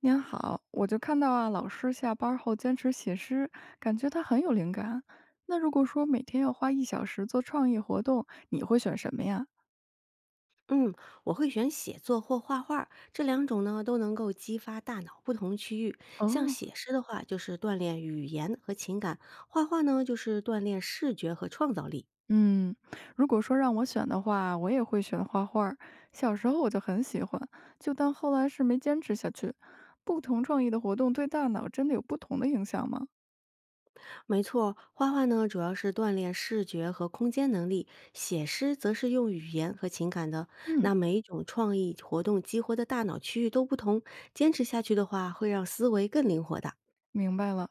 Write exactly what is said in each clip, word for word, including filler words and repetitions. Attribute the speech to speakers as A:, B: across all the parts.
A: 您好，我就看到啊，老师下班后坚持写诗，感觉他很有灵感。那如果说每天要花一小时做创意活动，你会选什么呀？
B: 嗯，我会选写作或画画，这两种呢都能够激发大脑不同区域。像
A: 哦。
B: 写诗的话，就是锻炼语言和情感；画画呢，就是锻炼视觉和创造力。
A: 嗯，如果说让我选的话，我也会选画画儿。小时候我就很喜欢，就当后来是没坚持下去。不同创意的活动对大脑真的有不同的影响吗？
B: 没错，画画呢主要是锻炼视觉和空间能力，写诗则是用语言和情感的。
A: 嗯，
B: 那每一种创意活动激活的大脑区域都不同，坚持下去的话，会让思维更灵活的。
A: 明白了。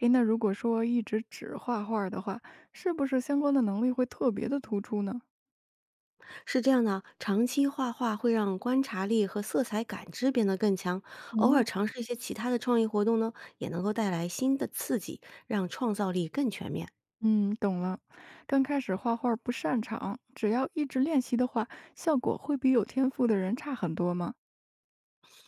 A: 诶，那如果说一直只画画儿的话，是不是相关的能力会特别的突出呢？
B: 是这样的，长期画画会让观察力和色彩感知变得更强，偶尔
A: 哦。
B: 尝试一些其他的创意活动呢，也能够带来新的刺激，让创造力更全面。
A: 嗯，懂了。刚开始画画不擅长，只要一直练习的话，效果会比有天赋的人差很多吗？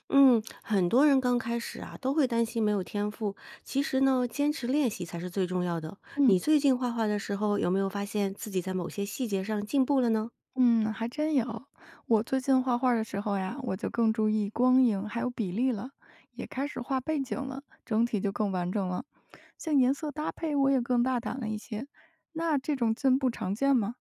B: 嗯，很多人刚开始啊都会担心没有天赋，其实呢，坚持练习才是最重要的。
A: 嗯，
B: 你最近画画的时候，有没有发现自己在某些细节上进步了呢？
A: 嗯，还真有。我最近画画的时候呀，我就更注意光影还有比例了，也开始画背景了，整体就更完整了。像颜色搭配，我也更大胆了一些。那这种进步常见吗？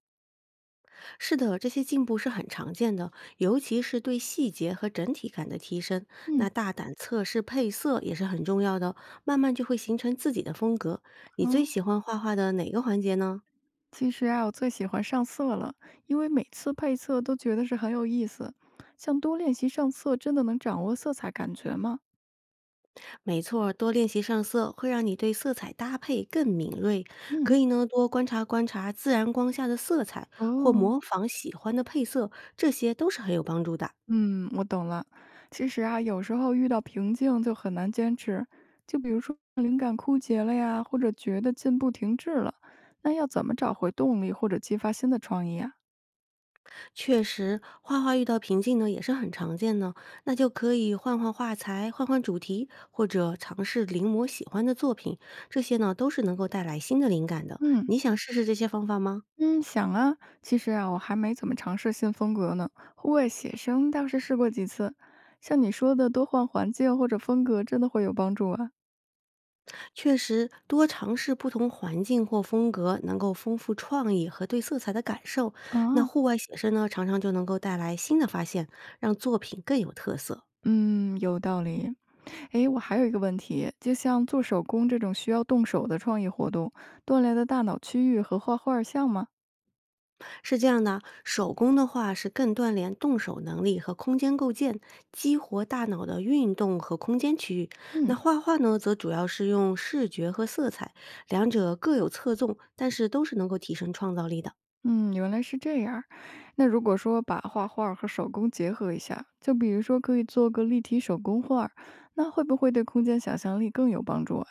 B: 是的，这些进步是很常见的，尤其是对细节和整体感的提升。那
A: 嗯。
B: 大胆测试配色也是很重要的，慢慢就会形成自己的风格。你最喜
A: 啊，
B: 欢画画的哪个环节呢？
A: 其实啊，我最喜欢上色了，因为每次配色都觉得是很有意思。像多练习上色，真的能掌握色彩感觉吗？
B: 没错，多练习上色会让你对色彩搭配更敏锐。可
A: 嗯。
B: 以呢，多观察观察自然光下的色彩，或
A: 哦。
B: 模仿喜欢的配色，这些都是很有帮助的。
A: 嗯，我懂了。其实啊，有时候遇到瓶颈就很难坚持，就比如说灵感枯竭了呀，或者觉得进步停滞了，那要怎么找回动力或者激发新的创意啊？
B: 确实，画画遇到瓶颈呢也是很常见的，那就可以换换画材、换换主题，或者尝试临摹喜欢的作品，这些呢都是能够带来新的灵感的。
A: 嗯，
B: 你想试试这些方法吗？
A: 嗯，想啊，其实啊，我还没怎么尝试新风格呢。户外写生倒是试过几次，像你说的，多换环境或者风格，真的会有帮助啊。
B: 确实，多尝试不同环境或风格，能够丰富创意和对色彩的感受。那
A: 啊，
B: 户外写生呢，常常就能够带来新的发现，让作品更有特色。
A: 嗯，有道理。诶，我还有一个问题，就像做手工这种需要动手的创意活动，锻炼的大脑区域和画画像吗？
B: 是这样的，手工的话是更锻炼动手能力和空间构建，激活大脑的运动和空间区域。那
A: 嗯，
B: 画画呢，则主要是用视觉和色彩，两者各有侧重，但是都是能够提升创造力的。
A: 嗯，原来是这样儿。那如果说把画画和手工结合一下，就比如说可以做个立体手工画儿，那会不会对空间想象力更有帮助啊？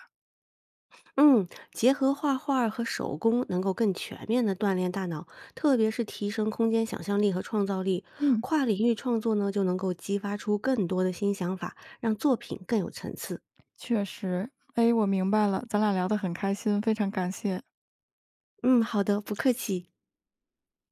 B: 嗯，结合画画和手工，能够更全面的锻炼大脑，特别是提升空间想象力和创造力。
A: 嗯。
B: 跨领域创作呢，就能够激发出更多的新想法，让作品更有层次。
A: 确实，哎，我明白了，咱俩聊得很开心，非常感谢。
B: 嗯，好的，不客气。